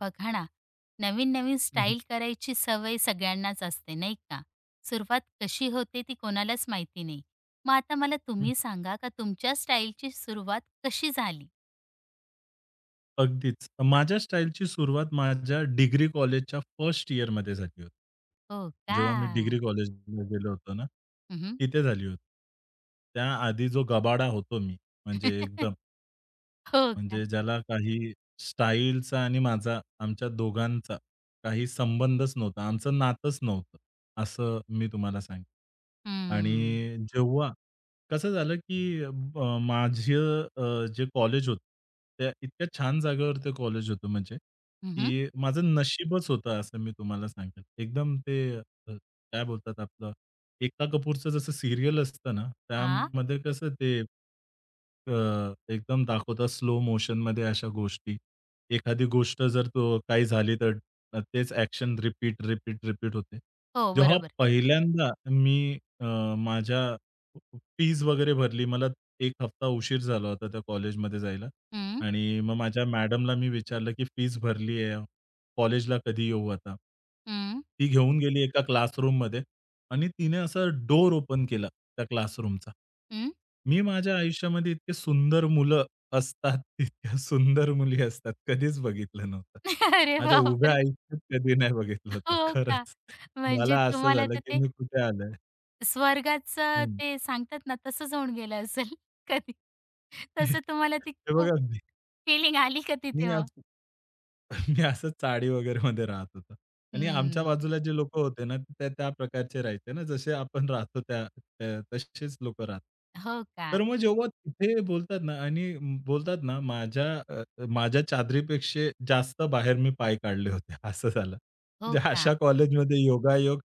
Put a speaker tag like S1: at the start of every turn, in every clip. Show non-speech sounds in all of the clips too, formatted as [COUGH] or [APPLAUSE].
S1: बघा ना, नवीन-नवीन
S2: हं, हं.
S1: स्टाईल करायची सवय सगळ्यांनाच असते, नाही का? सुरुवात कशी होते ती कोणालाच माहिती नाही. मग आता मला
S2: हं.
S1: तुम्ही सांगा का तुमच्या स्टाईलची सुरुवात कशी झाली?
S2: अगदीच. माझ्या स्टाईलची सुरुवात माझ्या डिग्री कॉलेजच्या फर्स्ट इयरमध्ये झाली होती.
S1: हो का?
S2: जेव्हा मी डिग्री कॉलेजला गेलो होतो ना,
S1: हं,
S2: तिथे झाली होती. त्याआधी जो गबाडा होतो मी, म्हणजे एकदम
S1: [LAUGHS] हो का?
S2: म्हणजे ज्याला काही स्टाईलचा आणि माझा आमच्या दोघांचा काही संबंधच नव्हता. आमचं नातंच नव्हतं, असं मी तुम्हाला सांगेन.
S1: हं.
S2: आणि जेव्हा कसं झालं, की माझं जे कॉलेज होतं, त्या इतक्या छान जागेवर ते कॉलेज होतं म्हणजे,
S1: हं, हं.
S2: की माझं नशीबच होतं असं मी तुम्हाला सांगेन. एकदम ते काय बोलतात आपलं एक्का कपूरचं जसं सीरियल असतं ना, त्यामध्ये कसं ते अ, एकदम दाखवतात स्लो मोशनमध्ये अशा गोष्टी. एखादी गोष्ट जर तो काही झाली तर तेच ॲक्शन रिपीट, रिपीट, रिपीट होते.
S1: हो,
S2: जेव्हा
S1: बरोबर.
S2: पहिल्यांदा मी अ, माझ्या फीज वगैरे भरली. मला एक हफ्ता उशीर झाला होता त्या कॉलेजमध्ये जायला
S1: हं,
S2: आणि मग माझ्या मॅडमला मी विचारलं, की "फीज भरली आहे, कॉलेजला कधी येऊ आता?"
S1: हं,
S2: ती घेऊन गेली एका क्लासरूममध्ये आणि तिने असा डोर ओपन केला त्या क्लासरूमचा.
S1: हं.
S2: मी माझ्या आयुष्यामध्ये इतके सुंदर मुलं असतात, इतक्या सुंदर मुली असतात, कधीच बघितलं नव्हतं.
S1: [LAUGHS] अरे
S2: माझ्या उभ्या
S1: बापरे!
S2: आयुष्यात कधी नाही बघितलं होतं.
S1: हो का?
S2: खरंच.
S1: म्हणजे
S2: मला असं
S1: तुम्हाला
S2: झालं
S1: तर
S2: की
S1: ते
S2: मी कुठे आलोय?
S1: स्वर्गाचं
S2: हं.
S1: ते सांगतात ना, तसंच होऊन गेलं असेल [LAUGHS] कधी. तसं तुम्हाला
S2: [LAUGHS]
S1: ती
S2: हे बघा,
S1: फीलिंग आली का तिथे
S2: मी आज
S1: मग?
S2: [LAUGHS] मी असंच चाळी वगैरेमध्ये राहत होतो. आणि आमच्या
S1: हं.
S2: बाजूला जे लोकं होते ना, ते त्या प्रकारचे राहायचे ना, जसे आपण राहतो त्या त्या तसेच लोकं राहतात.
S1: हो का,
S2: तर मग जेव्हा तिथे बोलतात ना आणि बोलतात ना, माझ्या चादरीपेक्षा जास्त बाहेर मी पाय काढले होते, [LAUGHS] असं झालं.
S1: हो
S2: म्हणजे
S1: का.
S2: अशा कॉलेजमध्ये योगायोग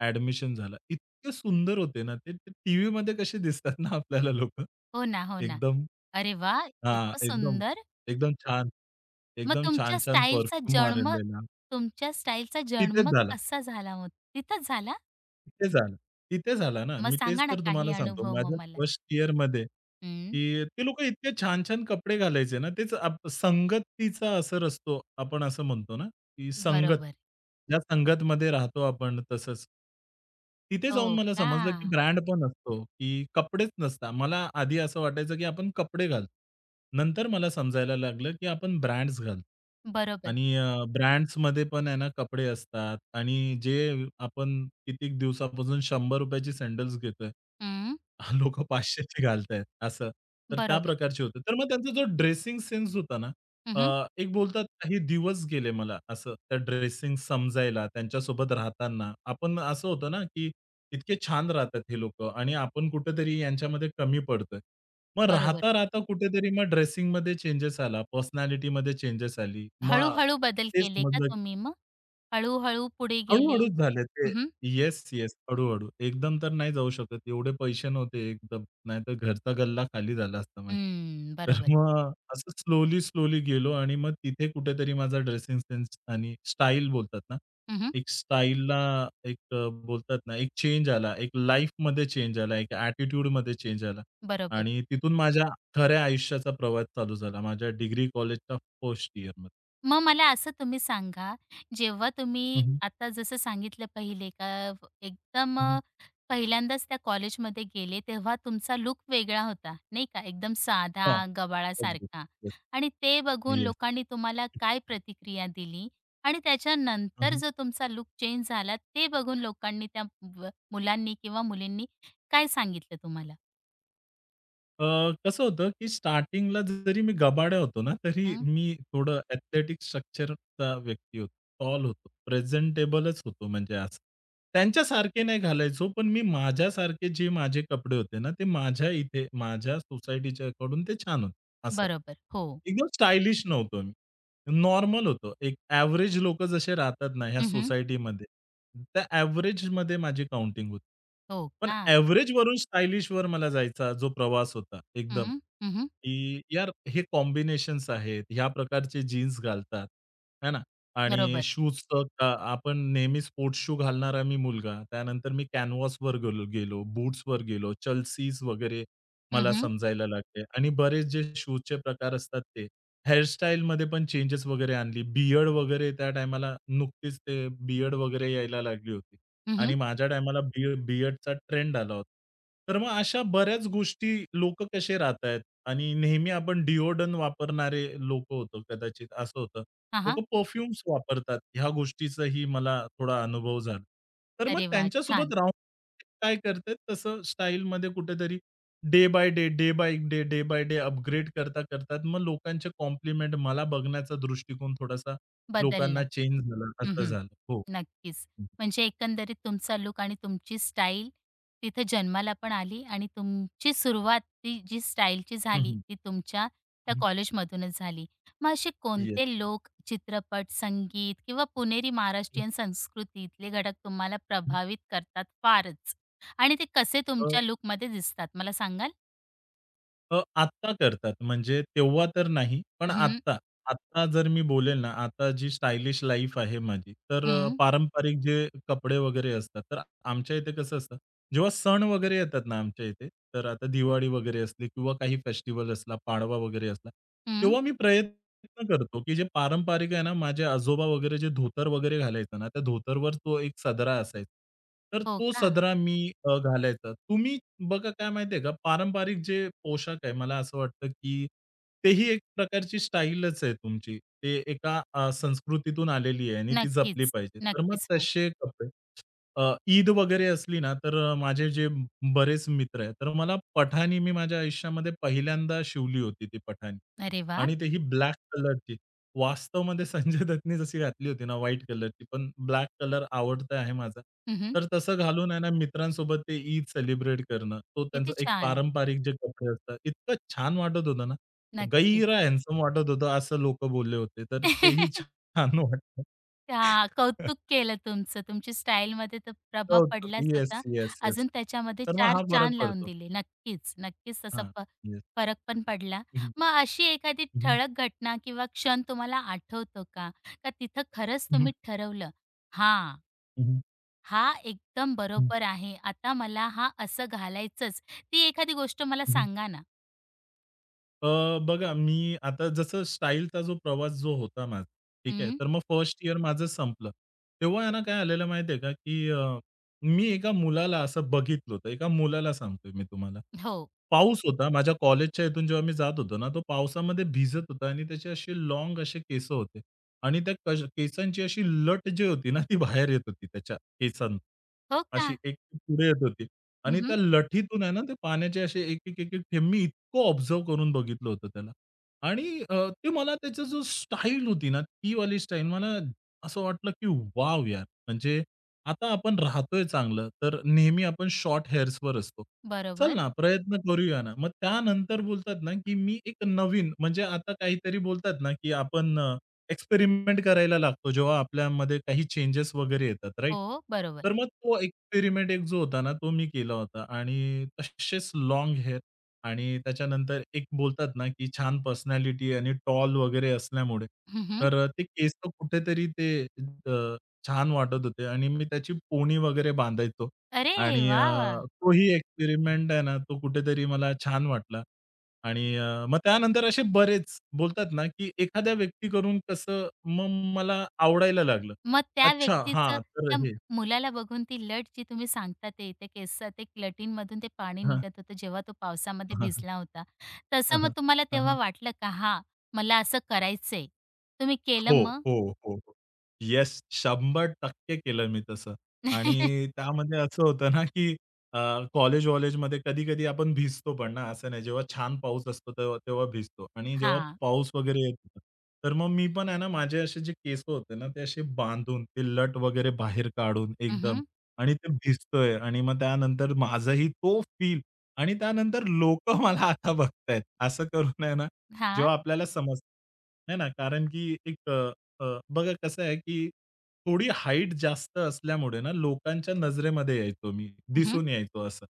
S2: ॲडमिशन झालं. इतके सुंदर होते ना ते, ते टीव्हीमध्ये कसे दिसतात ना आपल्याला लोकं,
S1: हो ना, हो ना.
S2: एकदम
S1: अरे वा,
S2: हां,
S1: इतकं
S2: एकदम,
S1: सुंदर.
S2: एकदम छान.
S1: मग
S2: एकदम
S1: तुमच्या
S2: छान-छान
S1: स्टाईलचा
S2: परफ्यूम
S1: जन्म
S2: मारलेला.
S1: तुमच्या स्टाईलचा
S2: तिथेच
S1: जन्म
S2: झाला,
S1: कसा झाला मग? तिथंच झाला?
S2: तिथे झाला. तिथे झाला ना.
S1: मग
S2: मी तेच
S1: सांगा ना
S2: तर
S1: काही
S2: तुम्हाला सांगतो.
S1: अनुभव मग
S2: माझ्या
S1: मला?
S2: फर्स्ट इयरमध्ये
S1: हं.
S2: की ते लोकं इतके छान-छान कपडे घालायचे ना, तेच आप संगतीचा असर असतो, आपण असं म्हणतो ना. ती संगत.
S1: बरोबर.
S2: ज्या संगतमध्ये राहतो आपण तसंच. तिथे
S1: हो
S2: जाऊन मला
S1: का?
S2: समजलं, की ब्रँड पण असतो, की कपडेच नसतात. मला आधी असं वाटायचं, की आपण कपडे घालतो. नंतर मला समजायला लागलं, की आपण ब्रँड्स घालतो.
S1: बरोबर.
S2: आणि ब्रँड्समध्ये पण आहे ना कपडे असतात आणि जे आपण कितीक दिवसापासून ₹100 ची सॅडल्स घेतोय.
S1: हं.
S2: लोकं 500 घालतायत असं. तर त्या
S1: बरोबर.
S2: प्रकारचे होते. तर मग त्यांचा जो ड्रेसिंग सेन्स होता ना
S1: हं,
S2: एक बोलतात काही दिवस गेले मला असं त्या ड्रेसिंग समजायला, त्यांच्यासोबत राहताना. आपण असं होतं ना, की इतके छान राहतात हे लोकं आणि आपण कुठेतरी यांच्यामध्ये कमी पडतोय. मग
S1: बरोबर.
S2: राहता-राहता कुठेतरी मग ड्रेसिंगमध्ये चेंजेस आला, पर्सनॅलिटीमध्ये चेंजेस आली. मग
S1: हळू-हळू बदल
S2: ते
S1: केले का
S2: समजलं
S1: तुम्ही मग? हळू-हळू पुढे गेले.
S2: हळू-हळूच झाले ते.
S1: हं, हं.
S2: Yes, yes. हळू-हळू. एकदम तर नाही जाऊ शकत. एवढे पैसे नव्हते एकदम. नाही तर घरचा गल्ला खाली झाला असता माझा. तर
S1: बरोबर.
S2: मग असं स्लोली, स्लोली गेलो आणि मग तिथे कुठेतरी माझा ड्रेसिंग सेन्स आणि स्टाईल बोलतात ना,
S1: हं,
S2: एक स्टाईलला बोलतात ना, एक चेंज आला. एक लाईफमध्ये चेंज आला. एक ॲटिट्यूडमध्ये चेंज आला.
S1: बरोबर.
S2: आणि तिथून माझ्या खऱ्या आयुष्याचा प्रवास चालू झाला. माझ्या डिग्री कॉलेजच्या फर्स्ट इयरमध्ये.
S1: मग मला असं तुम्ही सांगा, जेव्हा
S2: हं,
S1: तुम्ही
S2: हं.
S1: आता जसं सांगितलं पहिले का व- एकदम
S2: हं, हं.
S1: पहिल्यांदाच त्या कॉलेजमध्ये गेले, तेव्हा तुमचा लुक वेगळा होता, नाही का? एकदम साधा,
S2: अगदी.
S1: गबाळासारखा
S2: येस.
S1: आणि ते बघून
S2: येस.
S1: लोकांनी तुम्हाला काय प्रतिक्रिया दिली? आणि
S2: हं,
S1: त्याच्यानंतर
S2: हं.
S1: जो तुमचा लूक चेंज झाला, ते बघून लोकांनी त्या व मुलांनी किंवा मुलींनी काय सांगितलं तुम्हाला?
S2: अ, कसं होतं, की स्टार्टिंगला जरी मी गबाड्या होतो ना, तरी
S1: हं,
S2: मी थोडं एथलेटिक स्ट्रक्चरचा व्यक्ती होतो. टॉल होतो. प्रेझेंटेबलच होतो म्हणजे असं. त्यांच्यासारखे नाही घालायचो, पण मी माझ्यासारखे जे माझे कपडे होते ना, ते माझ्या इथे, माझ्या सोसायटीच्याकडून ते छान होते. असं.
S1: बरोबर. हो.
S2: एकदम स्टायलिश नव्हतो मी. नॉर्मल होतो. एक एव्हरेज लोकं जसे राहतात ना ह्या
S1: हं,
S2: सोसायटीमध्ये, त्या एव्हरेजमध्ये माझी काउंटिंग होती.
S1: हो
S2: पण
S1: का?
S2: एव्हरेजवरून वर मला जायचा जो प्रवास होता एकदम,
S1: हं, हं,
S2: की यार हे कॉम्बिनेशन्स आहेत, ह्या प्रकारचे जीन्स घालतात, है ना? आणि
S1: बरोबर.
S2: शूजचं आपण नेहमी स्पोर्ट्स शू घालणारा मी मुलगा. त्यानंतर मी कॅनव्हासवर गेलो गेलो, बूट्सवर गेलो, Chelsea's वगैरे
S1: हं,
S2: मला
S1: हं.
S2: समजायला लागले आणि बरेच जे शूजचे प्रकार असतात ते. हेअरस्टाईलमध्ये पण चेंजेस वगैरे आणली. बियर्ड वगैरे त्या टायमाला नुकतीच ते बियर्ड वगैरे यायला लागली होती आणि माझ्या टायमाला बियर्डचा ट्रेंड आला होता. तर मग अशा बऱ्याच गोष्टी लोकं कसे राहतायत आणि नेहमी आपण डिओडोरंट वापरणारे लोकं होतो कदाचित असं होतं.
S1: हां,
S2: लोकं
S1: हां.
S2: परफ्यूम्स वापरतात. ह्या गोष्टीचाही मला थोडा अनुभव झाला. तर मग
S1: अरे वा,
S2: त्यांच्यासोबत
S1: छान.
S2: राहून काय करतायत तसं स्टाईलमध्ये कुठेतरी day by day, day by day, day by day upgrade करता, करतात मग लोकांचे कॉम्प्लिमेंट मला बघण्याचा दृष्टिकोन थोडासा
S1: बदलला.
S2: लोकांना चेंज झाला,
S1: हं,
S2: असं
S1: हं.
S2: झालं. हो.
S1: नक्कीच. म्हणजे एकंदरीत तुमचा लूक आणि तुमची स्टाईल तिथे जन्माला पण आली आणि तुमची सुरुवात ती जी स्टाईलची
S2: हं,
S1: झाली
S2: हं.
S1: ती तुमच्या त्या
S2: हं.
S1: कॉलेजमधूनच झाली. मग असे
S2: येस.
S1: कोणते लोक, चित्रपट, संगीत किंवा पुणेरी
S2: हं,
S1: महाराष्ट्रीयन संस्कृतीतले घटक तुम्हाला
S2: हं.
S1: प्रभावित करतात फारच आणि ते कसे
S2: अ,
S1: तुमच्या लूकमध्ये दिसतात मला सांगाल?
S2: अ, आत्ता करतात म्हणजे तेव्हा तर नाही, पण
S1: हं,
S2: आत्ता. आत्ता जर मी बोलेल ना, आता जी स्टायलिश लाईफ आहे माझी, तर
S1: हं,
S2: पारंपरिक जे कपडे वगैरे असतात, तर आमच्या इथे कसं असतं जेव्हा सण वगैरे येतात ना आमच्या इथे, तर आता दिवाळी वगैरे असली किंवा काही फेस्टिव्हल असला, पाडवा वगैरे असला,
S1: हं.
S2: तेव्हा मी प्रयत्न करतो, की जे पारंपरिक आहे ना, माझे आजोबा वगैरे जे धोतर वगैरे घालायचा ना, त्या धोतरवर तो एक सदरा असायचा. तर
S1: हो
S2: तो
S1: का?
S2: सदरा मी घालायचा. तुम्ही बघा काय माहिती का, पारंपरिक जे पोशाख आहे, मला असं वाटतं, की तेही एक प्रकारची स्टाईलच आहे तुमची. ते एका संस्कृतीतून आलेली आहे आणि ती जपली
S1: नक्कीच,
S2: पाहिजे. तर मग
S1: नक्कीच. हो.
S2: तसे कपडे ईद वगैरे असली ना, तर माझे जे बरेच मित्र आहेत, तर मला पठाणी मी माझ्या आयुष्यामध्ये पहिल्यांदा शिवली होती ती पठाणी.
S1: अरे वाह!
S2: आणि ते ही ब्लॅक कलरची. वास्तवमध्ये संजय दत्तनी जशी घातली होती ना व्हाईट कलरची, पण ब्लॅक कलर आवडता आहे माझा.
S1: हं,
S2: तर तसं घालून आहे ना मित्रांसोबत ते ईद सेलिब्रेट करणं, तो त्यांचा
S1: किती
S2: एक
S1: छान.
S2: पारंपरिक जे कपडे असतात, इतकं छान वाटत होतं ना.
S1: नक्कीच.
S2: गैर हँडसम वाटत होतं असं लोकं बोलले होते, तर तेही
S1: [LAUGHS]
S2: छान वाटलं.
S1: त्या कौतुक केलं तुमचं. तुमची स्टाईलमध्ये तर प्रभाव
S2: होतो.
S1: पडलाच
S2: येस,
S1: होता.
S2: Yes, yes.
S1: अजून त्याच्यामध्ये
S2: तर मग
S1: चार
S2: हा फरक
S1: चान लावून
S2: पडतो.
S1: दिले. नक्कीच, नक्कीच तसा
S2: हां.
S1: फ
S2: येस.
S1: फरक पण पडला.
S2: हं,
S1: मग अशी एखादी
S2: हं,
S1: ठळक घटना किंवा क्षण तुम्हाला आठवतो का? का तिथं खरंच
S2: हं, हं,
S1: तुम्ही ठरवलं, "हां,
S2: हं,
S1: हा एकदम
S2: हं,
S1: बरोबर आहे. आता मला हा असं घालायचंच." ती एखादी गोष्ट मला
S2: हं.
S1: सांगा ना?
S2: अ, बघा मी आता जसं स्टाईलचा जो प्रवास जो होता माझा, ठीक आहे.
S1: हं.
S2: तर मग फर्स्ट इयर माझं संपलं. तेव्हा आहे ना काय आलेलं माहिती का, की मी एका मुलाला असं बघितलं होतं. एका मुलाला सांगतोय मी तुम्हाला.
S1: हो.
S2: पाऊस होता. माझ्या कॉलेजच्या इथून जेव्हा मी जात होतो ना, तो पावसामध्ये भिजत होता आणि त्याचे असे लाँग असे केस होते आणि त्या केसांची अशी लट जी होती ना, ती बाहेर येत होती त्याच्या केसां
S1: हो
S2: अशी
S1: का?
S2: एक पुढे येत होती आणि
S1: हं,
S2: त्या लठीतून आहे ना, ते पाण्याचे असे एक, एक, एक, एक थेंब मी इतकं ऑब्झर्व्ह करून बघितलं होतं त्याला आणि ते मला त्याचा जो स्टाईल होती ना, ती वाली स्टाईल मला असं वाटलं, की वाव यार!" म्हणजे आता आपण राहतोय चांगलं, तर नेहमी आपण शॉर्ट हेअर्सवर असतो. चल
S1: बरोबर.
S2: ना, प्रयत्न करूया ना. मग त्यानंतर बोलतात ना, की मी एक नवीन म्हणजे आता काहीतरी बोलतात ना, की आपण एक्सपेरिमेंट करायला लागतो, जेव्हा आपल्यामध्ये काही चेंजेस वगैरे येतात, राइट?
S1: हो, बरोबर.
S2: तर मग तो एक्सपेरिमेंट एक जो होता ना, तो मी केला होता आणि तसेच लाँग हेअर आणि त्याच्यानंतर एक बोलतात ना, की छान पर्सनॅलिटी आणि टॉल वगैरे असल्यामुळे,
S1: हं, हं.
S2: तर ते केस कुठेतरी ते अ, छान वाटत होते आणि मी त्याची पोणी वगैरे बांधायचो
S1: अरे
S2: आणि
S1: वाह, वाह!
S2: तोही एक्सपेरिमेंट आहे ना, तो कुठेतरी मला छान वाटला आणि मग त्यानंतर असे बरेच बोलतात ना, की एखाद्या व्यक्तीकडून कसं मग मला आवडायला लागलं.
S1: मग त्या
S2: अच्छा,
S1: व्यक्तीचं
S2: हां, तर
S1: त्या
S2: हे
S1: मुलाला बघून ती लट जी तुम्ही सांगता ते त्या केसचं ते लटींमधून ते पाणी निघत होतं जेव्हा तो पावसामध्ये
S2: हां.
S1: भिजला होता.
S2: हां,
S1: तसं मग
S2: हां.
S1: तुम्हाला
S2: हां,
S1: तेव्हा
S2: हां.
S1: वाटलं का हां, मला असं करायचंय. तुम्ही केलं
S2: हो,
S1: मग?
S2: हो, हो, हो. येस, 100% केलं मी तसं आणि
S1: [LAUGHS]
S2: त्यामध्ये असं होतं ना, की अ, कॉलेज-वॉलेजमध्ये कधी-कधी आपण भिजतो पण ना, असं नाही. जेव्हा छान पाऊस असतो तेव्हा तेव्हा भिजतो आणि जेव्हा
S1: हां.
S2: पाऊस वगैरे येत होता, तर मग मी पण आहे ना, माझे असे जे केस होते ना, ते असे बांधून, ते लट वगैरे बाहेर काढून
S1: हं,
S2: एकदम
S1: हं.
S2: आणि ते भिजतोय आणि मग त्यानंतर माझाही तो फील आणि त्यानंतर लोकं [LAUGHS] मला आता बघतायत. असं करून आहे ना
S1: हां.
S2: जेव्हा आपल्याला समजतं, है ना? कारण की बघा कसं आहे, की थोडी हाईट जास्त असल्यामुळे ना, लोकांच्या नजरेमध्ये यायचो मी,
S1: हं, हं.
S2: दिसून यायचो असं.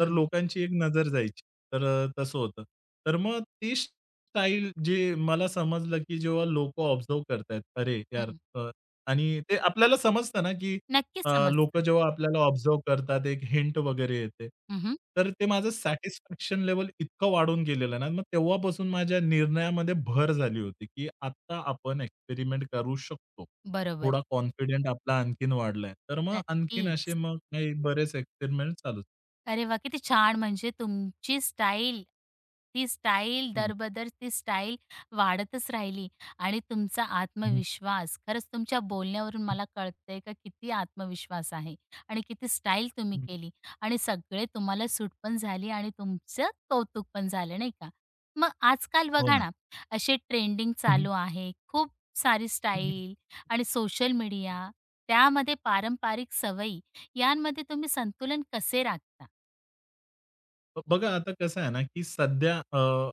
S2: तर लोकांची एक नजर जायची. तर तसं होतं. तर मग ती स्टाईल जे मला समजलं, की जेव्हा लोकं ऑब्झर्व्ह करतायत, "अरे यार!" आणि ते आपल्याला समजतं ना, की
S1: नक्कीच
S2: लोकं
S1: समजतं.
S2: जेव्हा आपल्याला ऑब्झर्व्ह करतात, एक हिंट वगैरे येते.
S1: हं,
S2: तर ते माझं सॅटिस्फॅक्शन लेव्हल इतकं वाढून गेलेलं ना, मग तेव्हापासून माझ्या निर्णयामध्ये भर झाली होती, की आता आपण एक्सपेरिमेंट करू शकतो.
S1: बरोबर.
S2: थोडा कॉन्फिडंट आपला आणखीन वाढलाय. तर मग आणखीन असे
S1: नक्कीच.
S2: मग काही बरेच एक्सपेरिमेंट चालूच.
S1: अरे वा किती छान! म्हणजे तुमची स्टाईल, ती स्टाईल
S2: हं.
S1: दरबदर ती स्टाईल वाढतच राहिली आणि तुमचा
S2: हं,
S1: आत्मविश्वास खरंच तुमच्या बोलण्यावरून मला कळतंय का किती आत्मविश्वास आहे आणि किती स्टाईल तुम्ही केली आणि सगळे तुम्हाला सूट पण झाली आणि तुमचं कौतुक पण झालं, नाही का? मग आजकाल
S2: हो
S1: बघा
S2: ना.
S1: ना, असे ट्रेंडिंग
S2: हं,
S1: चालू आहे. खूप सारी स्टाईल आणि सोशल मीडिया, त्यामध्ये पारंपरिक सवयी यांमध्ये तुम्ही संतुलन कसे राखता?
S2: ब बघा आता कसं आहे ना, की सध्या,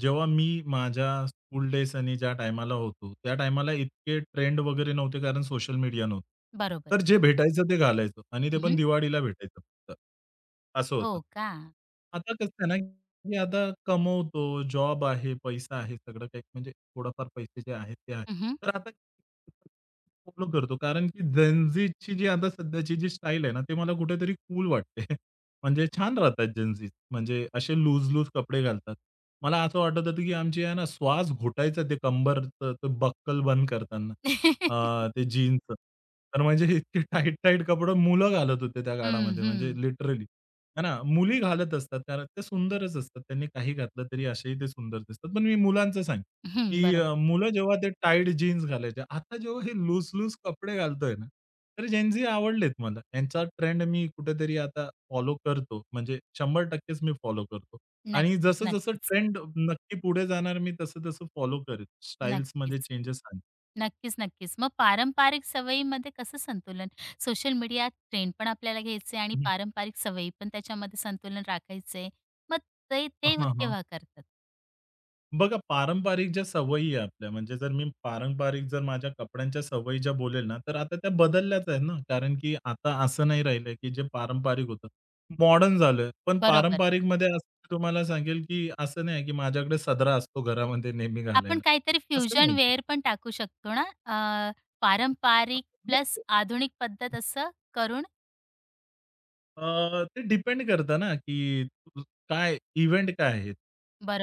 S2: जेव्हा मी माझ्या स्कूल डेज आणि ज्या टायमाला होतो, त्या टायमाला इतके ट्रेंड वगैरे नव्हते कारण सोशल मीडिया नव्हतं.
S1: बरोबर.
S2: तर जे भेटायचं ते घालायचो आणि ते पण
S1: हं,
S2: दिवाळीला भेटायचं फक्त. असं
S1: हो
S2: होतं.
S1: का?
S2: आता कसं आहे ना, की आता कमवतो, जॉब आहे, पैसा आहे, सगळं काही म्हणजे थोडाफार पैसे जे आहेत ते आहे.
S1: हं, हं.
S2: तर आता फॉलो करतो कारण की Gen जी आता सध्याची जी स्टाईल आहे ना, ते मला कुठेतरी कूल वाटते. म्हणजे छान राहतात जेन्झीज. म्हणजे असे लूज-लूज कपडे घालतात. मला असं वाटत होतं, की आमची आहे ना श्वास घोटायचं ते कंबरचं ते बक्कल बंद करताना. ते जीन्सचं. तर म्हणजे इतके टाईट-टाईट कपडे मुलं घालत होते त्या
S1: हं,
S2: काळामध्ये म्हणजे
S1: हं.
S2: लिटरली. आहे ना. मुली घालत असतात कारण ते सुंदरच असतात. त्यांनी काही घातलं तरी असेही ते सुंदर दिसतात. पण मी मुलांचं सांगेन,
S1: हं, [LAUGHS]
S2: की
S1: बरोबर.
S2: मुलं जेव्हा ते टाईट जीन्स घालायचे. आता जेव्हा हे लूज-लूज कपडे घालतोय ना, तर जेन्झी आवडलेत मला. यांचा ट्रेंड मी कुठेतरी आता फॉलो करतो. म्हणजे 100% मी फॉलो करतो. आणि
S1: नक्कीच,
S2: जसं-जसं
S1: नक्कीच.
S2: ट्रेंड नक्की पुढे जाणार मी तसं-तसं फॉलो करेल. स्टाईल्समध्ये
S1: नक्कीच.
S2: चेंजेस आणेल.
S1: नक्कीच, नक्कीच. मग पारंपरिक सवयीमध्ये कसं संतुलन? सोशल मीडिया ट्रेंड पण आपल्याला घ्यायचे आणि पारंपरिक सवयी पण त्याच्यामध्ये संतुलन राखायचंय. मग ते ते
S2: हां, हां.
S1: केव्हा करतात?
S2: बघा पारंपरिक ज्या सवयी आहे आपल्या म्हणजे जर मी पारंपरिक जर माझ्या कपड्यांच्या सवयी ज्या बोलेल ना, तर आता त्या बदलल्याच आहेत ना. कारण की आता असं नाही राहिलंय, की जे पारंपरिक होतं. मॉडर्न झालोय. पण
S1: बरोबर.
S2: पारंपरिकमध्ये असं मी तुम्हाला सांगेल, की असं नाही आहे, की माझ्याकडे सदरा असतो घरामध्ये नेहमी
S1: आपण
S2: घालायला.
S1: काहीतरी
S2: असं
S1: फ्युजन
S2: नाहीये.
S1: वेअर पण टाकू शकतो ना? पारंपरिक प्लस आधुनिक पद्धत असं करून.
S2: ते डिपेंड करतं ना, की काय इव्हेंट काय आहे?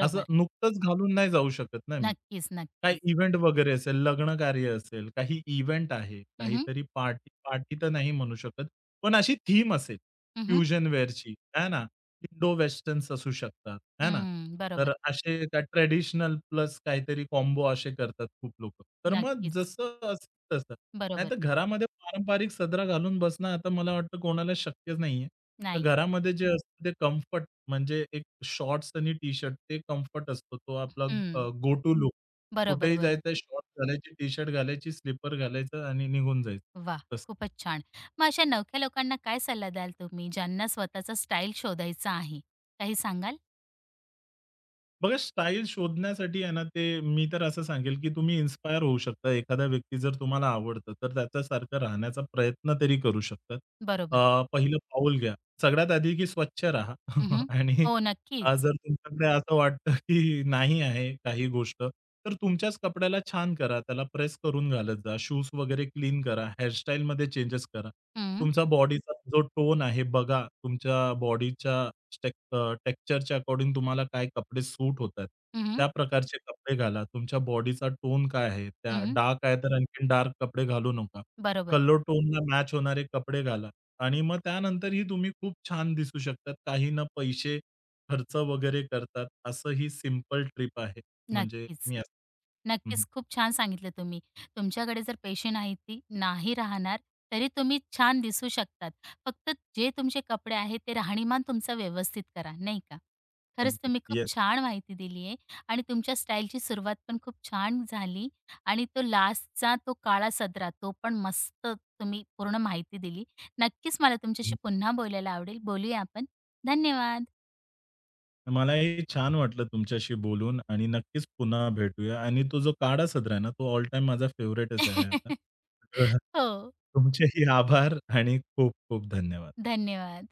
S2: असं नुकतंच घालून नाही जाऊ शकत ना मी.
S1: नक्कीच,
S2: काय
S1: नक्कीच.
S2: इव्हेंट वगैरे असेल, लग्न कार्य असेल, काही इव्हेंट आहे,
S1: हं, हं.
S2: काहीतरी पार्टी, पार्टी तर नाही म्हणू शकत, पण अशी थीम असेल फ्युजन वेअरची, आहे ना? इंडो वेस्टर्न्स असू शकतात, है ना?
S1: हं,
S2: तर
S1: बरोबर.
S2: असे त्या ट्रेडिशनल प्लस काहीतरी कॉम्बो असे करतात खूप लोक तर मग
S1: नक्कीच.
S2: जसं असेल तसं.
S1: बरोबर.
S2: नाहीतर घरामध्ये पारंपरिक सदरा घालून बसणं आता मला वाटतं कोणाला शक्यच नाहीये. तर
S1: नाही.
S2: घरामध्ये जे असतं ते कम्फर्ट म्हणजे एक शॉर्ट्स आणि टी-शर्ट ते कम्फर्ट असतो. तो आपला
S1: हं.
S2: Go to look.
S1: बरोबर,
S2: कुठेही
S1: बरोबर.
S2: जायचं शॉर्ट्स घालायचे, टी-शर्ट घालायची, स्लीपर घालायचं आणि निघून जायचं.
S1: वा,
S2: तसं.
S1: खूपच छान. मग अशा नवख्या लोकांना काय सल्ला द्याल तुम्ही, ज्यांना स्वतःचा स्टाईल शोधायचा आहे? काही सांगाल?
S2: बघा स्टाईल शोधण्यासाठी आहे ना, ते मी तर असं सांगेल, की तुम्ही इन्स्पायर होऊ शकता. एखादा व्यक्ती जर तुम्हाला आवडतं, तर त्याच्यासारखं राहण्याचा प्रयत्न तरी करू शकता.
S1: बरोबर.
S2: पहिलं पाऊल घ्या. सगळ्यात आधी की स्वच्छ राहा
S1: हं,
S2: [LAUGHS]
S1: हं.
S2: आणि
S1: हो, नक्कीच.
S2: जर तुमच्याकडे असं वाटतं, की नाही आहे काही गोष्ट, तर तुमच्याच कपड्याला छान करा. त्याला प्रेस करून घालत जा. शूज वगैरे क्लीन करा. हेअरस्टाईलमध्ये चेंजेस करा.
S1: हं,
S2: तुमचा बॉडीचा जो टोन आहे बघा. तुमच्या बॉडीच्या टेक्स्चरच्या अकॉर्डिंग तुम्हाला काय कपडे सूट होतात.
S1: हं,
S2: त्या प्रकारचे कपडे घाला. तुमच्या बॉडीचा टोन काय आहे? त्या
S1: हं.
S2: डार्क आहे तर आणखीन डार्क कपडे घालू नका.
S1: बरोबर.
S2: कलर टोनला मॅच होणारे कपडे घाला आणि मग त्यानंतरही तुम्ही खूप छान दिसू शकतात. काही ना पैसे खर्च वगैरे करतात. असं ही सिंपल ट्रिप आहे. म्हणजे
S1: नक्कीच.
S2: मी असं हं, हं.
S1: नक्कीच, खूप छान सांगितलं तुम्ही. तुमच्याकडे जर पैसे नाहीत ती नाही राहणार, तरी तुम्ही छान दिसू शकतात. फक्त जे तुमचे कपडे आहेत ते राहणीमान तुमचं व्यवस्थित करा, नाही का? खरंच
S2: अगदी.
S1: तुम्ही खूप
S2: येस.
S1: छान माहिती दिली आहे आणि तुमच्या स्टाईलची सुरुवात पण खूप छान झाली आणि तो लास्टचा तो काळा सदरा, तो पण मस्त तुम्ही पूर्ण माहिती दिली. नक्कीच मला तुमच्याशी पुन्हा बोलायला आवडेल. बोलूया आपण. धन्यवाद.
S2: मलाही छान वाटलं तुमच्याशी बोलून आणि नक्कीच पुन्हा भेटूया आणि तो जो काळा सदरा आहे ना, तो ऑल टाईम माझा फेव्हराइटच आहे आता.
S1: [LAUGHS]
S2: [LAUGHS]
S1: हो,
S2: तुमचेही आभार आणि खूप खूप धन्यवाद.
S1: धन्यवाद.